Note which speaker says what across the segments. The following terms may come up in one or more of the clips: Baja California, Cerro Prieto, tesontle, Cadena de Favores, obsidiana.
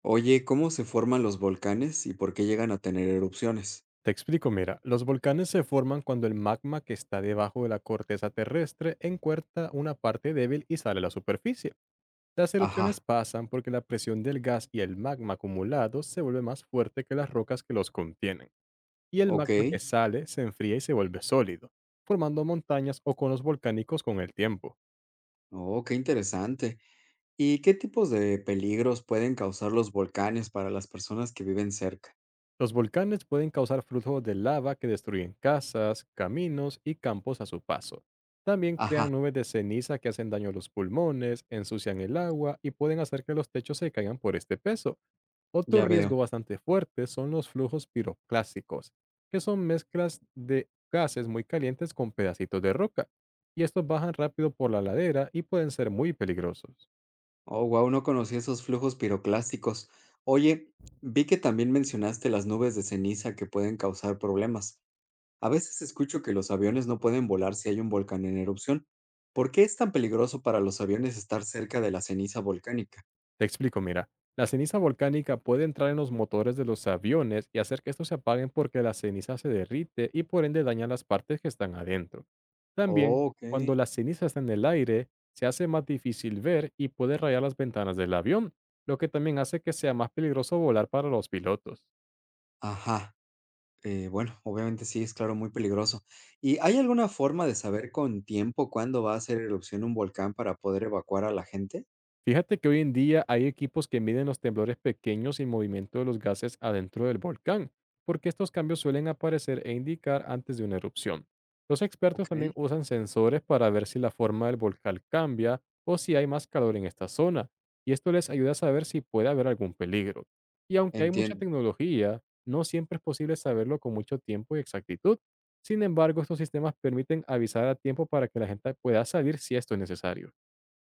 Speaker 1: Oye, ¿cómo se forman los volcanes y por qué llegan a tener erupciones?
Speaker 2: Te explico, mira, los volcanes se forman cuando el magma que está debajo de la corteza terrestre encuentra una parte débil y sale a la superficie. Las erupciones
Speaker 1: Ajá,
Speaker 2: pasan porque la presión del gas y el magma acumulado se vuelve más fuerte que las rocas que los contienen, y el
Speaker 1: ok.
Speaker 2: magma que sale se enfría y se vuelve sólido, formando montañas o conos volcánicos con el tiempo.
Speaker 1: Oh, qué interesante. ¿Y qué tipos de peligros pueden causar los volcanes para las personas que viven cerca?
Speaker 2: Los volcanes pueden causar flujos de lava que destruyen casas, caminos y campos a su paso. También
Speaker 1: Ajá,
Speaker 2: crean nubes de ceniza que hacen daño a los pulmones, ensucian el agua y pueden hacer que los techos se caigan por este peso. Otro
Speaker 1: ya veo.
Speaker 2: riesgo bastante fuerte son los flujos piroclásticos, que son mezclas de gases muy calientes con pedacitos de roca, y estos bajan rápido por la ladera y pueden ser muy peligrosos.
Speaker 1: Oh, wow, no conocí esos flujos piroclásticos. Oye, vi que también mencionaste las nubes de ceniza que pueden causar problemas. A veces escucho que los aviones no pueden volar si hay un volcán en erupción. ¿Por qué es tan peligroso para los aviones estar cerca de la ceniza volcánica?
Speaker 2: Te explico, mira, la ceniza volcánica puede entrar en los motores de los aviones y hacer que estos se apaguen porque la ceniza se derrite y por ende daña las partes que están adentro. También,
Speaker 1: Okey.
Speaker 2: cuando la ceniza está en el aire, se hace más difícil ver y puede rayar las ventanas del avión, lo que también hace que sea más peligroso volar para los pilotos.
Speaker 1: Ajá. Bueno, obviamente sí, es claro, muy peligroso. ¿Y hay alguna forma de saber con tiempo cuándo va a hacer erupción un volcán para poder evacuar a la gente?
Speaker 2: Fíjate que hoy en día hay equipos que miden los temblores pequeños y movimiento de los gases adentro del volcán, porque estos cambios suelen aparecer e indicar antes de una erupción. Los expertos también
Speaker 1: Okey,
Speaker 2: usan sensores para ver si la forma del volcán cambia o si hay más calor en esta zona, y esto les ayuda a saber si puede haber algún peligro. Y aunque hay mucha
Speaker 1: entiendo.
Speaker 2: tecnología, no siempre es posible saberlo con mucho tiempo y exactitud. Sin embargo, estos sistemas permiten avisar a tiempo para que la gente pueda salir si esto es necesario.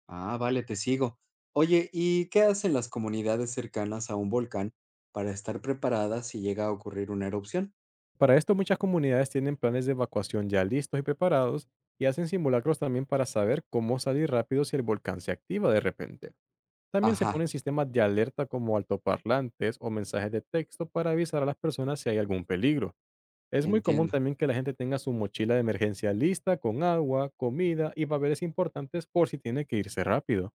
Speaker 1: Ah, vale, te sigo. Oye, ¿y qué hacen las comunidades cercanas a un volcán para estar preparadas si llega a ocurrir una erupción?
Speaker 2: Para esto, muchas comunidades tienen planes de evacuación ya listos y preparados y hacen simulacros también para saber cómo salir rápido si el volcán se activa de repente. También se
Speaker 1: Ajá,
Speaker 2: ponen sistemas de alerta como altoparlantes o mensajes de texto para avisar a las personas si hay algún peligro. Es muy común
Speaker 1: entiendo.
Speaker 2: también que la gente tenga su mochila de emergencia lista con agua, comida y papeles importantes por si tiene que irse rápido.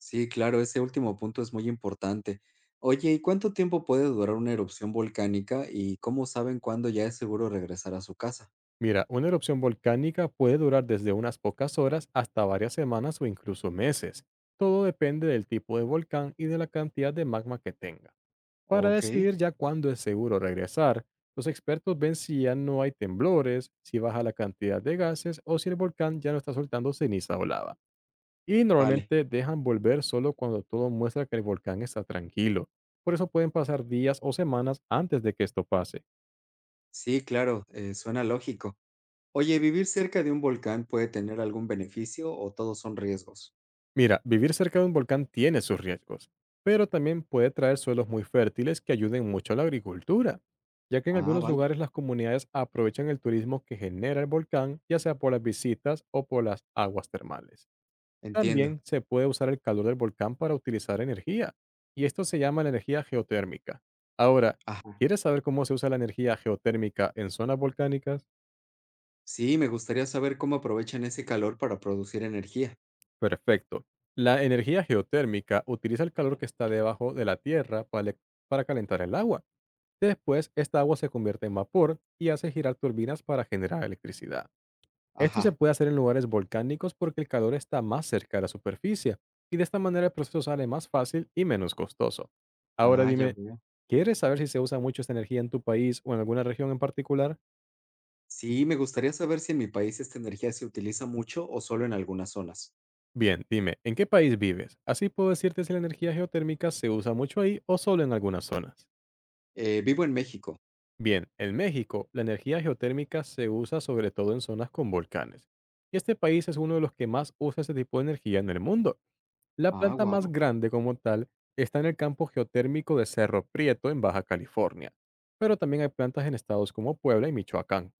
Speaker 1: Sí, claro, ese último punto es muy importante. Oye, ¿y cuánto tiempo puede durar una erupción volcánica y cómo saben cuándo ya es seguro regresar a su casa?
Speaker 2: Mira, una erupción volcánica puede durar desde unas pocas horas hasta varias semanas o incluso meses. Todo depende del tipo de volcán y de la cantidad de magma que tenga. Para
Speaker 1: Ok,
Speaker 2: decidir ya cuándo es seguro regresar, los expertos ven si ya no hay temblores, si baja la cantidad de gases o si el volcán ya no está soltando ceniza o lava. Y
Speaker 1: vale.
Speaker 2: normalmente dejan volver solo cuando todo muestra que el volcán está tranquilo. Por eso pueden pasar días o semanas antes de que esto pase.
Speaker 1: Sí, claro, suena lógico. Oye, ¿vivir cerca de un volcán puede tener algún beneficio o todos son riesgos?
Speaker 2: Mira, vivir cerca de un volcán tiene sus riesgos, pero también puede traer suelos muy fértiles que ayuden mucho a la agricultura, ya que en
Speaker 1: Ah,
Speaker 2: algunos
Speaker 1: vale,
Speaker 2: lugares las comunidades aprovechan el turismo que genera el volcán, ya sea por las visitas o por las aguas termales.
Speaker 1: entiendo.
Speaker 2: También se puede usar el calor del volcán para utilizar energía, y esto se llama la energía geotérmica. Ahora,
Speaker 1: Ajá.
Speaker 2: ¿quieres saber cómo se usa la energía geotérmica en zonas volcánicas?
Speaker 1: Sí, me gustaría saber cómo aprovechan ese calor para producir energía.
Speaker 2: Perfecto. La energía geotérmica utiliza el calor que está debajo de la tierra para, para calentar el agua. Después, esta agua se convierte en vapor y hace girar turbinas para generar electricidad. Esto se
Speaker 1: Ajá.
Speaker 2: puede hacer en lugares volcánicos porque el calor está más cerca de la superficie y de esta manera el proceso sale más fácil y menos costoso. Ahora
Speaker 1: Ah, ya
Speaker 2: dime,
Speaker 1: veo.
Speaker 2: ¿quieres saber si se usa mucho esta energía en tu país o en alguna región en particular?
Speaker 1: Sí, me gustaría saber si en mi país esta energía se utiliza mucho o solo en algunas zonas.
Speaker 2: Bien, dime, ¿en qué país vives? Así puedo decirte si la energía geotérmica se usa mucho ahí o solo en algunas zonas.
Speaker 1: Vivo en México.
Speaker 2: Bien, en México, la energía geotérmica se usa sobre todo en zonas con volcanes. Y este país es uno de los que más usa este tipo de energía en el mundo. La
Speaker 1: Ah,
Speaker 2: planta más
Speaker 1: wow.
Speaker 2: grande como tal está en el campo geotérmico de Cerro Prieto en Baja California. Pero también hay plantas en estados como Puebla y Michoacán.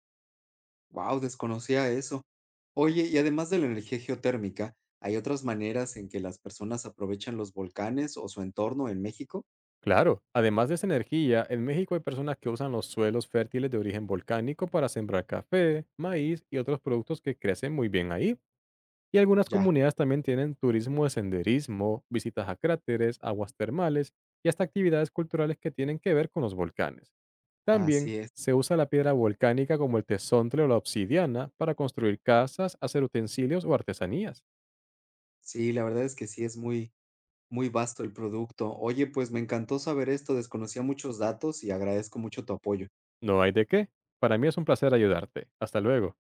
Speaker 1: Wow, desconocía eso. Oye, y además de la energía geotérmica, ¿hay otras maneras en que las personas aprovechan los volcanes o su entorno en México?
Speaker 2: Claro, además de esa energía, en México hay personas que usan los suelos fértiles de origen volcánico para sembrar café, maíz y otros productos que crecen muy bien ahí. Y algunas
Speaker 1: Ya,
Speaker 2: comunidades también tienen turismo de senderismo, visitas a cráteres, aguas termales y hasta actividades culturales que tienen que ver con los volcanes. También
Speaker 1: así es.
Speaker 2: se usa la piedra volcánica como el tesontle o la obsidiana para construir casas, hacer utensilios o artesanías.
Speaker 1: Sí, la verdad es que sí es muy, muy vasto el producto. Oye, pues me encantó saber esto, desconocía muchos datos y agradezco mucho tu apoyo.
Speaker 2: No hay de qué. Para mí es un placer ayudarte. Hasta luego.